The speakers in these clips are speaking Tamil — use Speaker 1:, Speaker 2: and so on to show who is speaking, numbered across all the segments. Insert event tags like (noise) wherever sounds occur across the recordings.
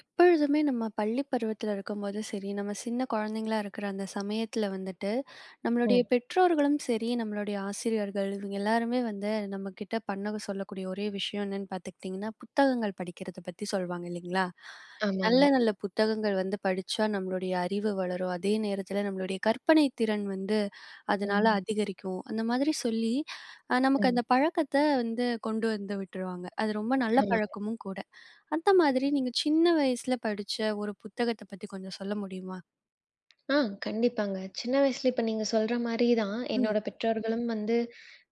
Speaker 1: எப்பொழுதுமே நம்ம பள்ளி பருவத்துல இருக்கும்போது சரி, நம்ம சின்ன குழந்தைங்களா இருக்கிற அந்த சமயத்துல வந்துட்டு, நம்மளுடைய
Speaker 2: ம்.
Speaker 1: பெற்றோர்களும் சரி, நம்மளுடைய ஆசிரியர்கள் இவங்க எல்லாருமே வந்து நம்மகிட்ட பண்ண சொல்லக்கூடிய ஒரே விஷயம் என்னன்னு பார்த்துக்கிட்டிங்கன்னா, புத்தகங்கள் படிக்கிறத பத்தி சொல்வாங்க இல்லைங்களா? நல்ல
Speaker 2: ஆமாங்க.
Speaker 1: நல்ல புத்தகங்கள் வந்து படிச்சா நம்மளுடைய அறிவு வளரும். அதே நேரத்துல நம்மளுடைய கற்பனை திறன் வந்து அதனால
Speaker 2: ம்,
Speaker 1: அதிகரிக்கும். அந்த மாதிரி சொல்லி நமக்கு
Speaker 2: ம்.
Speaker 1: அந்த பழக்கத்த வந்து கொண்டு வந்து விட்டுருவாங்க. அது ரொம்ப நல்ல
Speaker 2: ஆமா.
Speaker 1: பழக்கமும் கூட. அந்த மாதிரி நீங்க சின்ன வயசுல படிச்ச ஒரு புத்தகத்த பத்தி கொஞ்சம் சொல்ல முடியுமா?
Speaker 2: ஆ கண்டிப்பாங்க. சின்ன வயசுல இப்ப நீங்க சொல்ற மாரி தான்
Speaker 1: ம்,
Speaker 2: என்னோட பெற்றோர்களும் வந்து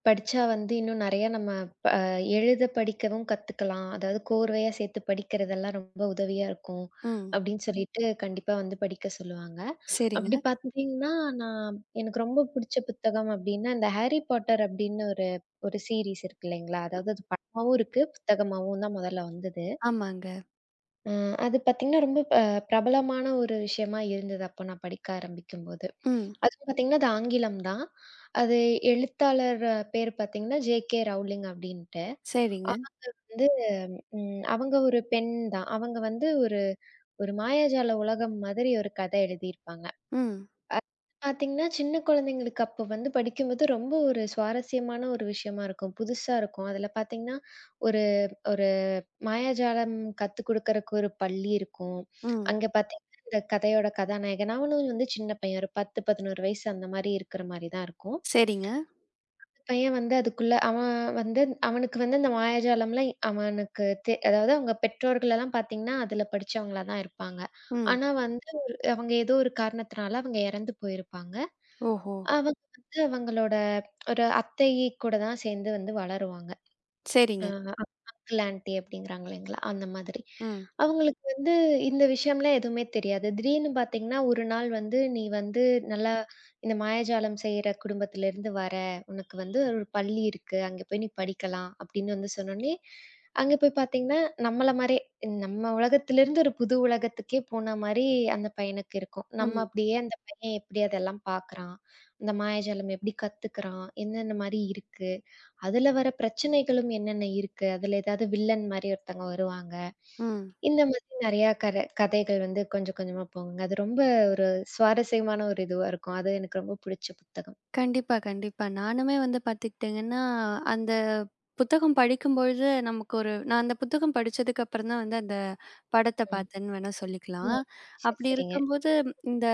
Speaker 2: படிச்சா வந்து இன்னும் நெறைய நம்ம ப எழுத படிக்கவும் கத்துக்கலாம். அதாவது கோர்வையா சேர்த்து படிக்கிறதெல்லாம் ரொம்ப உதவியா இருக்கும்.
Speaker 1: ம்.
Speaker 2: அப்படின்னு சொல்லிட்டு கண்டிப்பா வந்து படிக்க சொல்லுவாங்க. அப்படி
Speaker 1: சரிங்க.
Speaker 2: பார்த்துட்டீங்கன்னா, நான் எனக்கு ரொம்ப புடிச்ச புத்தகம் அப்படின்னா, இந்த ஹாரி பாட்டர் அப்படின்னு ஒரு ஒரு சீரிஸ் இருக்கு இல்லைங்களா? அதாவது அது படமாவும் இருக்கு, புத்தகமாவும் தான் முதல்ல வந்தது.
Speaker 1: ஆமாங்க.
Speaker 2: அ அது பார்த்தீங்கன்னா, ரொம்ப பிரபலமான ஒரு விஷயமா இருந்தது அப்போ நான் படிக்க ஆரம்பிக்கும்போது.
Speaker 1: ம்.
Speaker 2: அதுவும் பார்த்தீங்கன்னா, அது ஆங்கிலம் தான். அது எழுத்தாளர் பேர் பார்த்தீங்கன்னா, ஜே.கே. ரவுலிங் அப்டின்ட்டு. அவ
Speaker 1: சரிங்க.
Speaker 2: வந்து அவங்க ஒரு பெண் தான். அவங்க வந்து ஒரு ஒரு மாயாஜால உலகம் மாதிரி ஒரு கதை எழுதியிருப்பாங்க.
Speaker 1: ம்,
Speaker 2: அது பார்த்தீங்கன்னா, சின்ன குழந்தைங்களுக்கு அப்போ வந்து படிக்கும்போது ரொம்ப ஒரு சுவாரஸ்யமான ஒரு விஷயமா இருக்கும். புதுசா இருக்கும். அதில பார்த்தீங்கன்னா, ஒரு மாயாஜாலம் கத்துக் குடுக்கறக்கு ஒரு பள்ளி இருக்கும்.
Speaker 1: ம்.
Speaker 2: அங்க பார்த்தீங்கன்னா, இந்த கதையோட கதாநாயகன் அவனும் வந்து சின்ன பையன். ஒரு 10, 11 வயசு அந்த மாரி இருக்கிற மாரி தான் இருக்கும்.
Speaker 1: சரிங்க.
Speaker 2: பையன் வந்து அதுக்குள்ள அவன் வந்து அவனுக்கு வந்து இந்த மாயாஜாலம்லாம் அவனுக்கு அதாவது அவங்க பெற்றோர்கள் எல்லாம் பார்த்தீங்கன்னா, அதுல படிச்சவங்களா தான் இருப்பாங்க.
Speaker 1: ம்.
Speaker 2: ஆனா வந்து அவங்க ஏதோ ஒரு காரணத்தினால அவங்க இறந்து போயிருப்பாங்க.
Speaker 1: ஓஹோ!
Speaker 2: அவங்க வந்து அவங்களோட ஒரு அத்தை கூட தான் சேர்ந்து வந்து வளருவாங்க. ஆ
Speaker 1: சரிங்க.
Speaker 2: அங்கிள், ஆன்டி அப்படிங்கிறாங்க இல்லைங்களா? அந்த மாதிரி.
Speaker 1: ம்,
Speaker 2: அவங்களுக்கு வந்து இந்த விஷயம்லாம் எதுவுமே தெரியாது. திடீர்னு பார்த்தீங்கன்னா, ஒரு நாள் வந்து நீ வந்து நல்லா இந்த மாயாஜாலம் செய்ற குடும்பத்திலேருந்து வர, உனக்கு வந்து ஒரு பள்ளி இருக்கு. அங்க போய் நீ படிக்கலாம் அப்படின்னு வந்து சொன்னோனே, அங்க போய் பார்த்தீங்கன்னா, நம்மள மாரியே நம்ம உலகத்திலேருந்து ஒரு புது உலகத்துக்கே போன மாரி அந்த பையனுக்கு இருக்கும். நம்ம
Speaker 1: ம்,
Speaker 2: அப்படியே அந்த பையன் எப்படி அதெல்லாம் பார்க்குறான், அந்த மாயாஜாலம் எப்படி கத்துக்கிறான், என்னென்ன மாரி இருக்கு அதுல வர பிரச்சனைகளும் என்னென்ன இருக்கு? அதுல ஏதாவது வில்லன் மாரி ஒருத்தவங்க வருவாங்க.
Speaker 1: ம்.
Speaker 2: இந்த மாதிரி நெறையா கதைகள் வந்து கொஞ்சம் கொஞ்சமா போகுங்க. அது ரொம்ப ஒரு சுவாரஸ்யமான ஒரு இதுவா இருக்கும். அது எனக்கு ரொம்ப புடிச்ச புத்தகம்.
Speaker 1: கண்டிப்பா, கண்டிப்பா. நானுமே வந்து பார்த்துக்கிட்டீங்கன்னா, அந்த புத்தகம் படிக்கும்பொழுது நமக்கு ஒரு நான் அந்த புத்தகம் படிச்சதுக்கு அப்புறம் தான் வந்து அந்த படத்த
Speaker 2: ம்.
Speaker 1: பார்த்தேன்னு வேணா
Speaker 2: ஓ!
Speaker 1: சொல்லிக்கலாம்.
Speaker 2: சரி,
Speaker 1: அப்படி
Speaker 2: சரிங்க.
Speaker 1: இருக்கும்போது, இந்த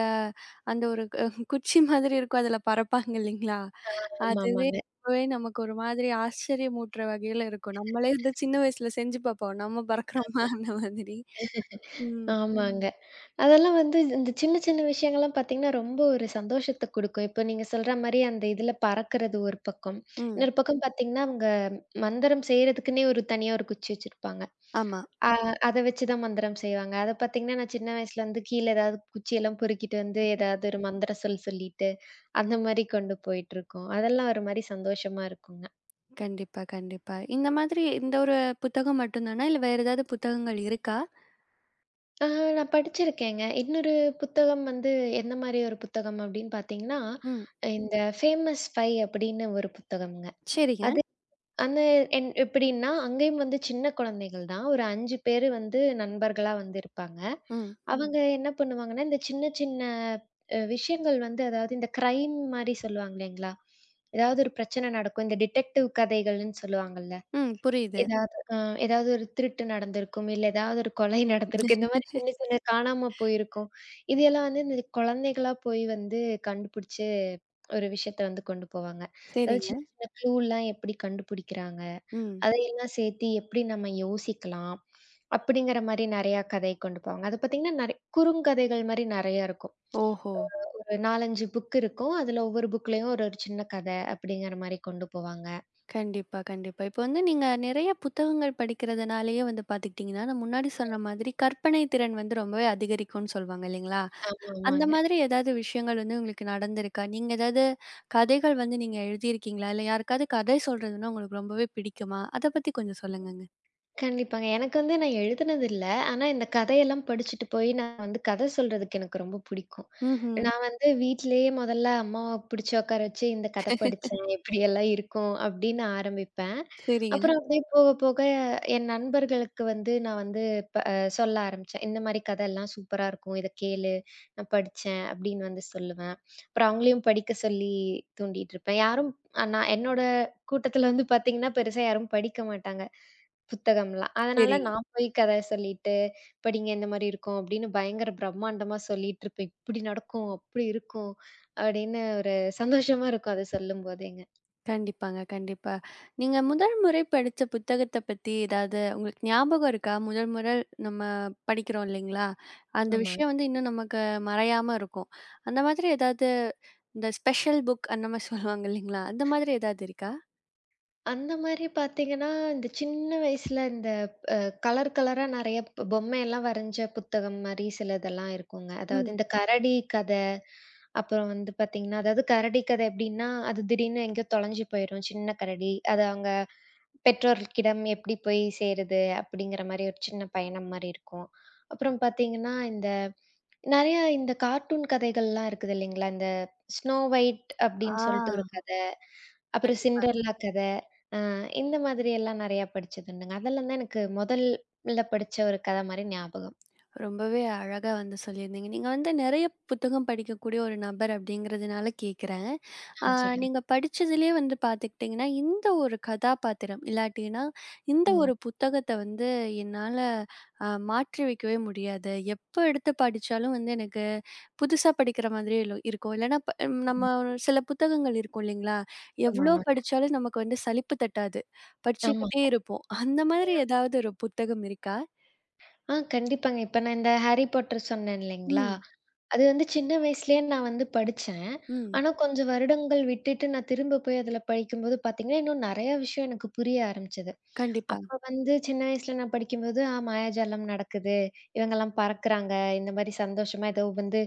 Speaker 1: அந்த ஒரு குச்சி மாதிரி இருக்கும். அதுல பறப்பாங்க இல்லைங்களா? அதுவே
Speaker 2: ஆமாமாங்க.
Speaker 1: இப்பவே நமக்கு ஒரு மாதிரி ஆச்சரியமூட்டுற வகையில இருக்கும். நம்மளே வந்து சின்ன வயசுல செஞ்சு பார்ப்போம். நம்ம பறக்கிறோமா அந்த மாதிரி. ம்.
Speaker 2: ஆமாங்க. ஆமாங்க. அதெல்லாம் வந்து இந்த சின்ன சின்ன விஷயங்கள்லாம் பார்த்தீங்கன்னா, ரொம்ப ஒரு சந்தோஷத்த குடுக்கும். இப்ப நீங்க சொல்ற மாரி அந்த இதுல பறக்கிறது ஒரு பக்கம்.
Speaker 1: ம்.
Speaker 2: இன்னொரு பக்கம் பார்த்தீங்கன்னா, அவங்க மந்திரம் செய்றதுக்குன்னே ஒரு தனியா ஒரு குச்சி வச்சிருப்பாங்க.
Speaker 1: ஆமா.
Speaker 2: அ அத வச்சு தான் மந்திரம் செய்வாங்க. அத பார்த்தீங்கன்னா, நான் சின்ன வயசுல வந்து கீழ ஏதாவது குச்சியெல்லாம் பொறுக்கிட்டு வந்து ஏதாவது ஒரு மந்திர சொல் சொல்லிட்டு, அந்த மாரி கொண்டு போயிட்டுருக்கோம். அதெல்லாம் ஒரு மாரி சந்தோஷமா இருக்குங்க.
Speaker 1: கண்டிப்பா, கண்டிப்பா. இந்த மாதிரி இந்த ஒரு புத்தகம் மட்டும் தானா? இல்ல வேற ஏதாவது புத்தகங்கள் இருக்கா?
Speaker 2: ஆ நான் படிச்சிருக்கேங்க. இன்னொரு புத்தகம் வந்து எந்த மாரி ஒரு புத்தகம் அப்படின்னு பார்த்தீங்கன்னா,
Speaker 1: ம்.
Speaker 2: இந்த ஃபேமஸ் 5 அப்படின்னு ஒரு புத்தகம்ங்க.
Speaker 1: சரிங்க.
Speaker 2: அது அந்த என் எப்படின்னா, அங்கேயும் வந்து சின்ன குழந்தைகள் தான். ஒரு 5 பேரு வந்து நண்பர்களா வந்து இருப்பாங்க. ம்.
Speaker 1: ம்.
Speaker 2: அவங்க என்ன பண்ணுவாங்கன்னா, இந்த சின்ன சின்ன விஷயங்கள் வந்து அதாவது இந்த கிரைம் மாரி சொல்லுவாங்க இல்லைங்களா? ஏதாவது ஒரு பிரச்சனை நடக்கும். இந்த டிடெக்டிவ் கதைகள்ன்னு சொல்லுவாங்கல்ல.
Speaker 1: ம். புரியுது.
Speaker 2: ஏதாவது அ ஏதாவது ஒரு திருட்டு நடந்திருக்கும். இல்ல ஏதாவது ஒரு கொலை நடந்திருக்கு. இந்த மாரி சின்ன சின்ன காணாம போயிருக்கும். இது எல்லாம் வந்து இந்த குழந்தைகளா போய் வந்து கண்டுபிடிச்சு ஒரு விஷயத்த வந்து கொண்டு போவாங்க. அதாவது
Speaker 1: சரிங்க.
Speaker 2: சின்ன சின்ன க்ளூலாம் எப்படி கண்டுபிடிக்கிறாங்க,
Speaker 1: ம்.
Speaker 2: அதையெல்லாம் சேர்த்து எப்படி நம்ம யோசிக்கலாம், அப்படிங்கிற மாரி நெறையா கதை கொண்டு போவாங்க. அது பார்த்தீங்கன்னா, நெறை குறுங்கதைகள் மாரி நெறையா இருக்கும்.
Speaker 1: ஓஹோ!
Speaker 2: ஒரு 4, 5 புக் இருக்கும். அதுல ஒவ்வொரு புக்லயும் ஒரு ஒரு சின்ன கதை அப்படிங்கிற மாரி கொண்டு போவாங்க.
Speaker 1: கண்டிப்பா, கண்டிப்பா. இப்ப வந்து நீங்க நிறைய புத்தகங்கள் படிக்கிறதுனாலேயே வந்து பார்த்துக்கிட்டிங்கன்னா, நான் முன்னாடி சொன்ன மாதிரி கற்பனை திறன் வந்து ரொம்பவே அதிகரிக்கும்னு சொல்வாங்க இல்லைங்களா?
Speaker 2: ஆமா,
Speaker 1: அந்த
Speaker 2: ஆமாங்க.
Speaker 1: மாதிரி ஏதாவது விஷயங்கள் வந்து உங்களுக்கு நடந்திருக்கா? நீங்க ஏதாவது கதைகள் வந்து நீங்க எழுதியிருக்கீங்களா? இல்ல யாருக்காவது கதை சொல்றதுன்னா உங்களுக்கு ரொம்பவே பிடிக்குமா? அத பத்தி கொஞ்சம் சொல்லுங்கங்க.
Speaker 2: கண்டிப்பாங்க. எனக்கு வந்து நான் எழுதுனது இல்ல. ஆனா இந்த கதையெல்லாம் படிச்சுட்டு போய் நான் வந்து கதை சொல்றதுக்கு எனக்கு ரொம்ப புடிக்கும்.
Speaker 1: ம்ஹ்ம்.
Speaker 2: நான் வந்து வீட்லயே முதல்ல அம்மாவ பிடிச்சு உட்கார வச்சு, இந்த கதை படிச்சேன். இப்படியெல்லாம் இருக்கும் அப்படின்னு ஆரம்பிப்பேன்.
Speaker 1: சரிங்க.
Speaker 2: அப்புறம் அப்படியே போக போக என் நண்பர்களுக்கு வந்து நான் வந்து ப அ சொல்ல ஆரம்பிச்சேன். இந்த மாரி கதையெல்லாம் சூப்பரா இருக்கும். இத கேளு, நான் படிச்சேன் அப்படின்னு வந்து சொல்லுவேன். அப்புறம் அவங்களையும் படிக்க சொல்லி தூண்டிட்டு இருப்பேன். யாரும் நான் என்னோட கூட்டத்துல வந்து பார்த்தீங்கன்னா, பெருசா யாரும் படிக்க மாட்டாங்க. புத்தகம்லாம். அதனால
Speaker 1: சரி.
Speaker 2: நான் போய் கத சொல்லிட்டு, "படிங்க இந்த மாரி இருக்கும்" அப்படின்னு பயங்கர பிரம்மாண்டமா சொல்லிட்டுருப்பேன். இப்படி நடக்கும், அப்படி இருக்கும் அப்படின்னு ஒரு சந்தோஷமா இருக்கும் அத சொல்லும்போதேங்க.
Speaker 1: கண்டிப்பாங்க, கண்டிப்பா. நீங்க முதல் முறை படிச்ச புத்தகத்த பத்தி ஏதாவது உங்களுக்கு ஞாபகம் இருக்கா? முதல் முறை நம்ம படிக்கிறோம் இல்லைங்களா? அந்த
Speaker 2: ஆமா.
Speaker 1: விஷயம் வந்து இன்னும் நமக்கு மறையாம இருக்கும். அந்த மாதிரி ஏதாவது இந்த ஸ்பெஷல் புக் அந்த மாரி சொல்லுவாங்க இல்லைங்களா? அந்த மாதிரி ஏதாவது இருக்கா?
Speaker 2: அந்த மாரி பார்த்தீங்கன்னா, இந்த சின்ன வயசுல இந்த அ கலர் கலரா நெறைய பொம்மையெல்லாம் வரைஞ்ச புத்தகம் மாரி சிலதெல்லாம் இருக்குங்க. அதாவது
Speaker 1: ம்.
Speaker 2: இந்த கரடி கத, அப்புறம் வந்து பார்த்தீங்கன்னா, அதாவது கரடி கத எப்படின்னா, அது திடீர்னு எங்கேயோ தொலைஞ்சு போயிரும். சின்ன கரடி. அது அவங்க பெற்றோர்கிடம் எப்படி போய் சேருது? அப்படிங்கிற மாரி ஒரு சின்ன பயணம் மாரி இருக்கும். அப்புறம் பார்த்தீங்கன்னா, இந்த நெறைய இந்த கார்ட்டூன் கதைகள்லாம் இருக்குது இல்லைங்களா? இந்த ஸ்னோ ஒயிட் அப்படின்னு சொல்லிட்டு ஒரு
Speaker 1: ஆ.
Speaker 2: கத. அப்புறம்
Speaker 1: கண்டிப்பா.
Speaker 2: சிண்ட்ரெல்லா கத. அ இந்த மாதிரி எல்லாம் நெறையா படிச்சது உண்டுங்க. அதெல்லாம் தான் எனக்கு முதல்ல படிச்ச ஒரு கத மாரி ஞாபகம்.
Speaker 1: ரொம்பவே அழகா வந்து சொல்லியிருந்தீங்க. நீங்க வந்து நெறைய புத்தகம் படிக்கக்கூடிய ஒரு நபர் அப்படிங்கிறதுனால கேட்கிறேன். ஆ
Speaker 2: சொல்லுங்க.
Speaker 1: நீங்க படிச்சதிலயே வந்து பார்த்துக்கிட்டீங்கன்னா, இந்த ஒரு கதாபாத்திரம் இல்லாட்டின்னா, இந்த
Speaker 2: ம்.
Speaker 1: ஒரு புத்தகத்த வந்து என்னால மாற்றி வைக்கவே முடியாது. எப்ப எடுத்து படிச்சாலும் வந்து எனக்கு புதுசா படிக்கிற மாதிரியே இருக்கும். இல்லன்னா ப ஹம்
Speaker 2: ம்.
Speaker 1: நம்ம ஒரு சில புத்தகங்கள் இருக்கும் இல்லைங்களா? எவ்ளோ
Speaker 2: ஆமாமா.
Speaker 1: படிச்சாலும் நமக்கு வந்து சலிப்பு தட்டாது.
Speaker 2: ஆமா.
Speaker 1: படிச்சுக்கிட்டே
Speaker 2: ஆமா.
Speaker 1: இருப்போம். அந்த மாதிரி ஏதாவது ஒரு புத்தகம் இருக்கா?
Speaker 2: கண்டிப்பாங்க. இப்ப நான் இந்த ஹாரி பாட்டர் சொன்னேன் இல்லைங்களா?
Speaker 1: ம்.
Speaker 2: அது வந்து சின்ன வயசுலயே நான் வந்து படிச்சேன்.
Speaker 1: ம்.
Speaker 2: ஆனா கொஞ்சம் வருடங்கள் விட்டுட்டு நான் திரும்ப போய் அதுல படிக்கும்போது பார்த்தீங்கன்னா, இன்னும் நெறைய விஷயம் எனக்கு புரிய ஆரம்பிச்சது.
Speaker 1: கண்டிப்பா,
Speaker 2: அப்ப வந்து சின்ன வயசுல நான் படிக்கும்போது, மாயாஜாலம் நடக்குது, இவங்கலாம் பறக்குறாங்க, இந்த மாரி சந்தோஷமா ஏதோ வந்து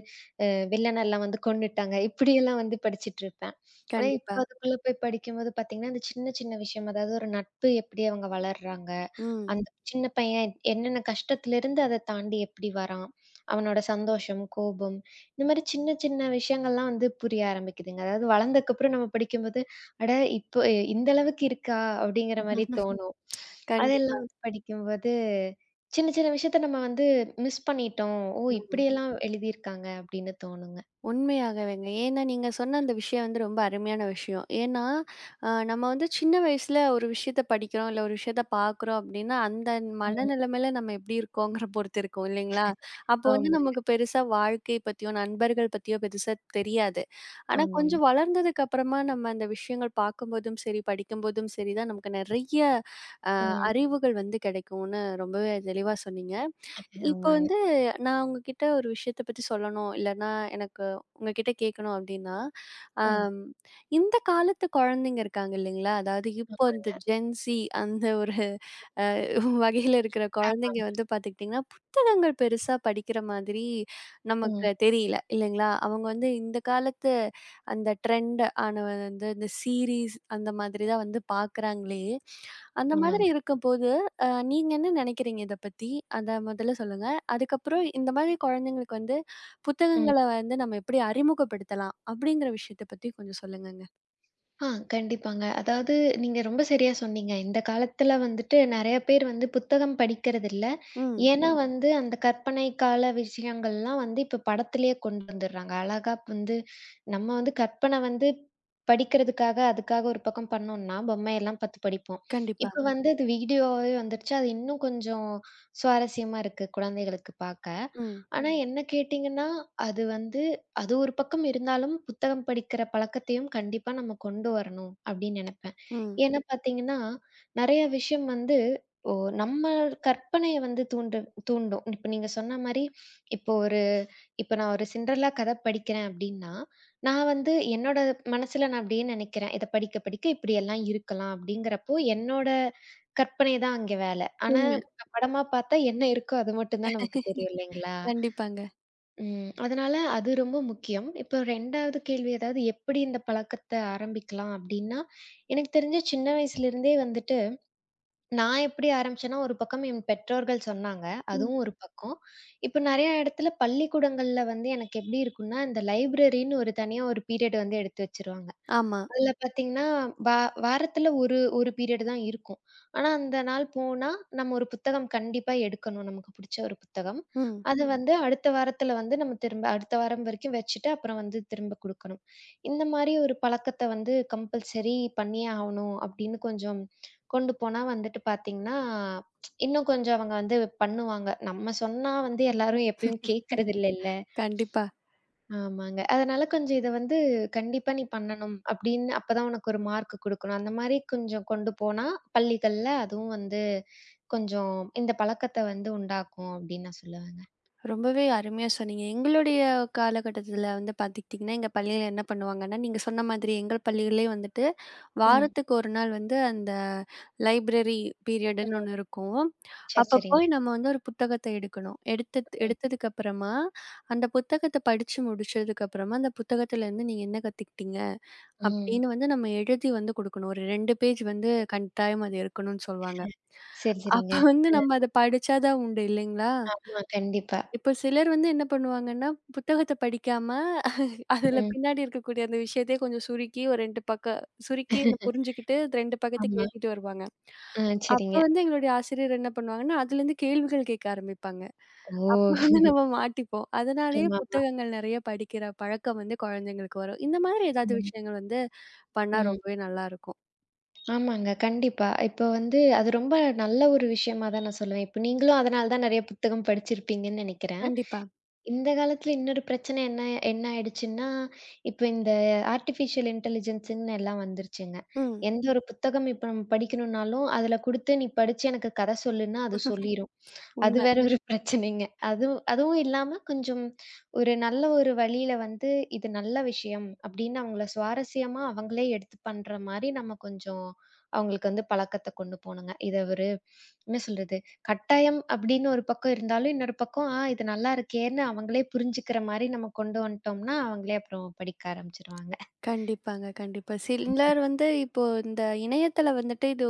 Speaker 2: அ வில்லனெல்லாம் வந்து கொன்னுட்டாங்க. இப்படியெல்லாம் வந்து படிச்சுட்டுருப்பேன். ஆனா இப்ப
Speaker 1: கண்டிப்பா.
Speaker 2: அதுக்குள்ள போய் படிக்கும்போது பார்த்தீங்கன்னா, அந்த சின்ன சின்ன விஷயம், அதாவது ஒரு நட்பு எப்படி அவங்க வளர்றாங்க?
Speaker 1: ம்.
Speaker 2: அந்த சின்ன பையன் என்னென்ன கஷ்டத்துலேருந்து அத தாண்டி எப்படி வரான். அவனோட சந்தோஷம், கோபம் இந்த மாரி சின்ன சின்ன விஷயங்கள்லாம் வந்து புரிய ஆரம்பிக்குதுங்க. அதாவது வளர்ந்ததுக்கப்புறம் நம்ம படிக்கும்போது, "அட இப்போ இந்த அளவுக்கு இருக்கா?" அப்படிங்கிற மாரி தோணும்.
Speaker 1: கண்டிப்
Speaker 2: அதெல்லாம் வந்து படிக்கும்போது, சின்ன சின்ன விஷயத்த நம்ம வந்து மிஸ் பண்ணிட்டோம். "ஓ!
Speaker 1: ம்.
Speaker 2: இப்படியெல்லாம் எழுதியிருக்காங்க." அப்படின்னு தோணுங்க.
Speaker 1: உண்மையாகவேங்க. ஏன்னா, நீங்க சொன்ன அந்த விஷயம் வந்து ரொம்ப அருமையான விஷயம். ஏன்னா, நம்ம வந்து சின்ன வயசுல ஒரு விஷயத்த படிக்கிறோம், இல்ல ஒரு விஷயத்த பார்க்குறோம் அப்டின்னா, அந்த
Speaker 2: ம்.
Speaker 1: மனநிலைமையில நம்ம எப்டி இருக்கோங்கிற பொறுத்து இருக்கும் இல்லைங்களா? அப்போ வந்து
Speaker 2: ஆமாங்க.
Speaker 1: நமக்கு பெருசா வாழ்க்கை பத்தியோ, நண்பர்கள் பத்தியோ பெருசா தெரியாது. ஆனா,
Speaker 2: ஆமாமா.
Speaker 1: கொஞ்சம் வளர்ந்ததுக்கு அப்புறமா நம்ம அந்த விஷயங்கள் பார்க்கும்போதும் சரி, படிக்கும்போதும் சரி தான் நமக்கு நெறைய அ
Speaker 2: ம்.
Speaker 1: அறிவுகள் வந்து கிடைக்கும்னு ரொம்பவே தெளிவா சொன்னீங்க. இப்போ
Speaker 2: ஆமாங்க.
Speaker 1: வந்து நான் உங்ககிட்ட ஒரு விஷயத்த பத்தி சொல்லணும், இல்லன்னா எனக்கு உங்ககிட்ட கேட்கணும் அப்படின்னா,
Speaker 2: ம்.
Speaker 1: அம் இந்த காலத்து குழந்தைங்க இருக்காங்க இல்லைங்களா? அதாவது இப்போ இந்த ஜென்ஸி அந்த ஒரு அ வகையில இருக்கிற
Speaker 2: ஆமா.
Speaker 1: குழந்தைங்க வந்து பார்த்துக்கிட்டிங்கன்னா, புத்தகங்கள் பெருசா படிக்கிற மாதிரி
Speaker 2: ம்.
Speaker 1: நமக்கு தெரியல இல்லைங்களா? அவங்க வந்து இந்த காலத்து அந்த ட்ரெண்ட் ஆன வந்து இந்த சீரீஸ் அந்த மாதிரி தான் வந்து பார்க்குறாங்களே. அந்த மாதிரி
Speaker 2: ஆமாங்க.
Speaker 1: இருக்கும்போது, நீங்க என்ன நினைக்கிறீங்க இத பத்தி? அத முதல்ல சொல்லுங்க. அதுக்கப்புறம் இந்த மாதிரி குழந்தைங்களுக்கு வந்து
Speaker 2: ம்.
Speaker 1: புத்தகங்கள வந்து நம்ம எப்படி அறிமுகப்படுத்தலாம்? அப்படிங்கிற விஷயத்த பத்தி கொஞ்சம் சொல்லுங்கங்க.
Speaker 2: கண்டிப்பாங்க. அதாவது நீங்க ரொம்ப சரியா சொன்னீங்க. இந்த காலத்துல வந்துட்டு நெறைய பேர் வந்து புத்தகம் படிக்கிறதில்ல.
Speaker 1: ம்.
Speaker 2: ஏன்னா வந்து அந்த கற்பனை கால விஷயங்கள்லாம் வந்து இப்ப படத்திலேயே கொண்டு வந்துடுறாங்க. அழகா வந்து நம்ம வந்து கற்பனை வந்து படிக்கிறதுக்காக, அதுக்காக ஒரு பக்கம் பண்ணோம்னா, பொம்மையெல்லாம் பார்த்து படிப்போம்.
Speaker 1: கண்டிப்பா.
Speaker 2: இப்ப வந்து அது வீடியோவே வந்துருச்சு. அது இன்னும் கொஞ்சம் சுவாரஸ்யமா இருக்கு குழந்தைகளுக்கு பார்க்க.
Speaker 1: ம்.
Speaker 2: ஆனா என்ன கேட்டீங்கன்னா, அது வந்து அது ஒரு பக்கம் இருந்தாலும், புத்தகம் படிக்கிற பழக்கத்தையும் கண்டிப்பா நம்ம கொண்டு வரணும் அப்படின்னு நெனைப்பேன்.
Speaker 1: ம்.
Speaker 2: ஏன்னா பார்த்தீங்கன்னா, நெறைய விஷயம் வந்து ஓ நம்ம கற்பனைய வந்து தூண்டும். இப்ப நீங்க சொன்ன மாரி, இப்போ ஒரு இப்ப நான் ஒரு சின்டர்லா கதை படிக்கிறேன் அப்படின்னா, நான் வந்து என்னோட மனசுல நான் அப்படியே நெனைக்கிறேன். இத படிக்க படிக்க இப்படியெல்லாம் இருக்கலாம் அப்படிங்கிறப்போ, என்னோட கற்பனை தான் அங்க வேல. ஆனா
Speaker 1: உண்மை.
Speaker 2: படமா பார்த்தா என்ன இருக்கோ அது மட்டும் தான் நமக்கு
Speaker 1: (laughs)
Speaker 2: தெரியும் இல்லைங்களா?
Speaker 1: கண்டிப்பாங்க.
Speaker 2: ம். அதனால அது ரொம்ப முக்கியம். இப்போ 2வது கேள்வி அதாவது எப்படி இந்த பழக்கத்த ஆரம்பிக்கலாம் அப்டின்னா, எனக்கு தெரிஞ்சு சின்ன வயசுலேருந்தே வந்துட்டு நான் எப்படி ஆரம்பிச்சேன்னா, ஒரு பக்கம் என் பெற்றோர்கள் சொன்னாங்க.
Speaker 1: ம்.
Speaker 2: அதுவும் ஒரு பக்கம். இப்போ நெறைய இடத்துல பள்ளிக்கூடங்கள்ல வந்து எனக்கு எப்படி இருக்கும்னா, இந்த லைப்ரரின்னு ஒரு தனியா ஒரு பீரியட் வந்து எடுத்து வச்சுருவாங்க.
Speaker 1: ஆமா.
Speaker 2: அதுல பார்த்தீங்கன்னா, வா வாரத்துல ஒரு ஒரு பீரியட் தான் இருக்கும். ஆனா, அந்த நாள் போனா, நம்ம ஒரு புத்தகம் கண்டிப்பா எடுக்கணும். நமக்கு புடிச்ச ஒரு புத்தகம்.
Speaker 1: ம்.
Speaker 2: அது வந்து அடுத்த வாரத்துல வந்து நம்ம திரும்ப அடுத்த வாரம் வரைக்கும் வச்சுட்டு, அப்புறம் வந்து திரும்ப குடுக்கணும். இந்த மாரி ஒரு பழக்கத்த வந்து கம்பல்சரி பண்ணியே ஆவணும் அப்படின்னு கொஞ்சம் கொண்டு போனா வந்துட்டு பார்த்தீங்கன்னா, இன்னும் கொஞ்சம் அவங்க வந்து பண்ணுவாங்க. நம்ம சொன்னா வந்து எல்லாரும் எப்பயும் கேட்கறதில்லைல்ல.
Speaker 1: கண்டிப்பா.
Speaker 2: ஆமாங்க. அதனால கொஞ்சம் இத வந்து கண்டிப்பா நீ பண்ணணும் அப்படின்னு அப்பதான் உனக்கு ஒரு மார்க் குடுக்கணும். அந்த மாரி கொஞ்சம் கொண்டு போனா பள்ளிகள்ல அதுவும் வந்து கொஞ்சம் இந்த பழக்கத்த வந்து உண்டாக்கும் அப்படின்னு நான் சொல்லுவேங்க.
Speaker 1: ரொம்பவே அருமையா சொன்னீங்க. எங்களுடைய காலகட்டத்தில வந்து பார்த்துக்கிட்டிங்கன்னா, எங்க பள்ளியில என்ன பண்ணுவாங்கன்னா, நீங்க சொன்ன மாதிரி எங்கள் பள்ளியிலே வந்துட்டு
Speaker 2: ம்.
Speaker 1: வாரத்துக்கு ஒரு நாள் வந்து அந்த லைப்ரரி பீரியடுன்னு ஒண்ணு இருக்கும்.
Speaker 2: சரி,
Speaker 1: அப்ப
Speaker 2: சரிங்க.
Speaker 1: போய் நம்ம வந்து ஒரு புத்தகத்த எடுக்கணும்.
Speaker 2: ம்.
Speaker 1: எடுத்ததுக்கு அப்புறமா, அந்த புத்தகத்த படிச்சு முடிச்சதுக்கு அப்புறமா, அந்த புத்தகத்துலருந்து நீங்க என்ன கத்துக்கிட்டீங்க?
Speaker 2: ம்.
Speaker 1: அப்படின்னு வந்து நம்ம எழுதி வந்து குடுக்கணும். ஒரு 2 பேஜ் வந்து கட்டாயம் அது இருக்கணும்னு சொல்வாங்க.
Speaker 2: சரி,
Speaker 1: அப்ப
Speaker 2: சரிங்க.
Speaker 1: வந்து
Speaker 2: ம்.
Speaker 1: நம்ம அத படிச்சா தான் உண்டு இல்லைங்களா?
Speaker 2: ஆமா, கண்டிப்பா.
Speaker 1: இப்ப சிலர் வந்து என்ன பண்ணுவாங்கன்னா, புத்தகத்த படிக்காம அதுல
Speaker 2: ம்.
Speaker 1: பின்னாடி இருக்கக்கூடிய அந்த விஷயத்தையே கொஞ்சம் சுருக்கி ஒரு 2 பக்கம் சுருக்கி
Speaker 2: (laughs)
Speaker 1: புரிஞ்சுகிட்டு 2 பக்கத்துக்கு
Speaker 2: ஆமா.
Speaker 1: எழுதிட்டு வருவாங்க.
Speaker 2: ஆ
Speaker 1: அப்ப
Speaker 2: சரிங்க.
Speaker 1: வந்து எங்களுடைய ஆசிரியர் என்ன பண்ணுவாங்கன்னா, அதுலேருந்து கேள்விகள் கேட்க ஆரம்பிப்பாங்க. அப்ப
Speaker 2: ஓ!
Speaker 1: வந்து நம்ம மாட்டிப்போம். அதனாலேயே
Speaker 2: ஆமாமா.
Speaker 1: புத்தகங்கள் நெறைய படிக்கிற பழக்கம் வந்து குழந்தைங்களுக்கு வரும். இந்த மாதிரி ஏதாவது
Speaker 2: ம்.
Speaker 1: விஷயங்கள் வந்து பண்ணா
Speaker 2: ம்.
Speaker 1: ரொம்பவே நல்லாயிருக்கும்.
Speaker 2: ஆமாங்க. கண்டிப்பா. இப்போ வந்து அது ரொம்ப நல்ல ஒரு விஷயமா தான் நான் சொல்லுவேன். இப்ப நீங்களும் அதனால தான் நெறைய புத்தகம் படிச்சிருப்பீங்கன்னு நெனைக்கிறேன்.
Speaker 1: கண்டிப்பா.
Speaker 2: இந்த காலத்துல இன்னொரு பிரச்சனை என்ன என்ன ஆயிடுச்சுன்னா, இப்ப இந்த ஆர்டிஃபிஷியல் இன்டெலிஜென்ஸ்ன்னு எல்லாம் வந்துருச்சுங்க.
Speaker 1: ம்.
Speaker 2: எந்த ஒரு புத்தகம் இப்ப நம்ம படிக்கணும்னாலும், அதுல குடுத்து, "நீ படிச்சு எனக்கு கதை சொல்லுன்னா" அது சொல்லிரும். அது
Speaker 1: உண்ம.
Speaker 2: வேற ஒரு (laughs) பிரச்சனைங்க. அதுவும் அதுவும் இல்லாம கொஞ்சம் ஒரு நல்ல ஒரு வழியில வந்து, இது நல்ல விஷயம் அப்படின்னு அவங்கள சுவாரஸ்யமா அவங்களே எடுத்து பண்ற மாரி நம்ம கொஞ்சம் அவங்களுக்கு வந்து பழக்கத்த கொண்டு போணுங்க. இத ஒரு என்ன சொல்றது? கட்டாயம் அப்படின்னு ஒரு பக்கம் இருந்தாலும், இன்னொரு பக்கம் இது நல்லா இருக்கேன்னு அவங்களே புரிஞ்சுக்கிற மாரி நம்ம கொண்டு வந்துட்டோம்னா, அவங்களே அப்புறம் படிக்க ஆரம்பிச்சுருவாங்க.
Speaker 1: கண்டிப்பாங்க, கண்டிப்பா. சிலர் வந்து இப்போ இந்த இணையத்தள வந்துட்டு இது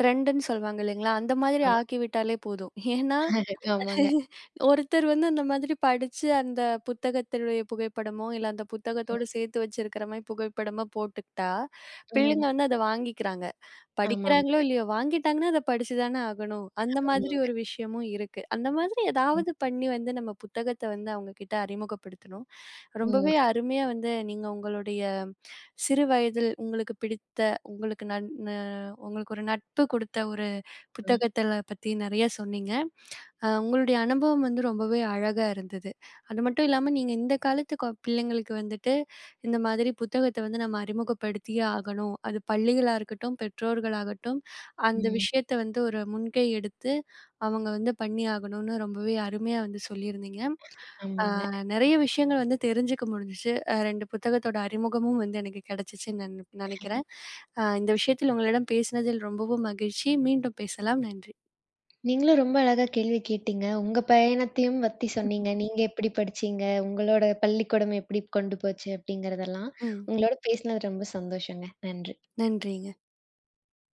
Speaker 1: ட்ரெண்டுன்னு சொல்லுவாங்க இல்லைங்களா? அந்த மாதிரி
Speaker 2: ஆ
Speaker 1: ஆக்கி விட்டாலே போதும். ஏன்னா,
Speaker 2: ஆமாங்க.
Speaker 1: ஒருத்தர் வந்து அந்த மாதிரி படிச்சு அந்த புத்தகத்தினுடைய புகைப்படமோ, இல்ல அந்த புத்தகத்தோட சேர்த்து வச்சிருக்கிற மாரி புகைப்படமா போட்டுக்கிட்டா, பிள்ளைங்க
Speaker 2: ம்.
Speaker 1: வந்து அத வாங்கிக்கிறாங்க.
Speaker 2: ஆமாமா,
Speaker 1: படிக்கிறாங்களோ இல்லையோ, வாங்கிட்டாங்கன்னா அத படிச்சு தானே ஆகணும். அந்த மாதிரி
Speaker 2: ஆமாங்க.
Speaker 1: ஒரு விஷயமும் இருக்கு. அந்த மாதிரி
Speaker 2: ம்.
Speaker 1: ஏதாவது பண்ணி வந்து நம்ம புத்தகத்த வந்து அவங்க கிட்ட அறிமுகப்படுத்தணும்.
Speaker 2: ம்.
Speaker 1: ரொம்பவே அருமையா வந்து நீங்க உங்களுடைய சிறு வயதில் உங்களுக்கு பிடித்த, உங்களுக்கு நன் அ உங்களுக்கு ஒரு நட்பு குடுத்த ஒரு
Speaker 2: கண்டிப்பா.
Speaker 1: புத்தகத்தல பத்தி நெறைய சொன்னீங்க. உங்களுடைய அனுபவம் வந்து ரொம்பவே அழகா இருந்தது. அது மட்டும் இல்லாம நீங்க இந்த காலத்து பிள்ளைங்களுக்கு வந்துட்டு இந்த மாதிரி புத்தகத்த வந்து நம்ம அறிமுகப்படுத்தியே ஆகணும். அது பள்ளிகளா இருக்கட்டும், பெற்றோர்களாகட்டும், அந்த
Speaker 2: ம்.
Speaker 1: விஷயத்த வந்து ஒரு முன்கை எடுத்து அவங்க வந்து பண்ணி ஆகணும்னு ரொம்பவே அருமையா வந்து சொல்லியிருந்தீங்க. அ
Speaker 2: ஆமாங்க.
Speaker 1: நெறைய விஷயங்கள் வந்து தெரிஞ்சுக்க முடிஞ்சுச்சு. 2 புத்தகத்தோட அறிமுகமும் வந்து எனக்கு கிடைச்சுச்சுன்னு நெனைக்கிறேன். இந்த விஷயத்தில் உங்களிடம் பேசினதில் ரொம்பவும் மகிழ்ச்சி. மீண்டும் பேசலாம். நன்றி.
Speaker 2: நீங்களும் ரொம்ப அழகா கேள்வி கேட்டீங்க. உங்க பயணத்தையும் பத்தி சொன்னீங்க. நீங்க எப்படி படிச்சீங்க? உங்களோட பள்ளிக்கூடம் எப்படி கொண்டு போச்சு? அப்படிங்கிறதெல்லாம்.
Speaker 1: ம்.
Speaker 2: உங்களோட பேசினது ரொம்ப சந்தோஷங்க. நன்றி.
Speaker 1: நன்றிங்க.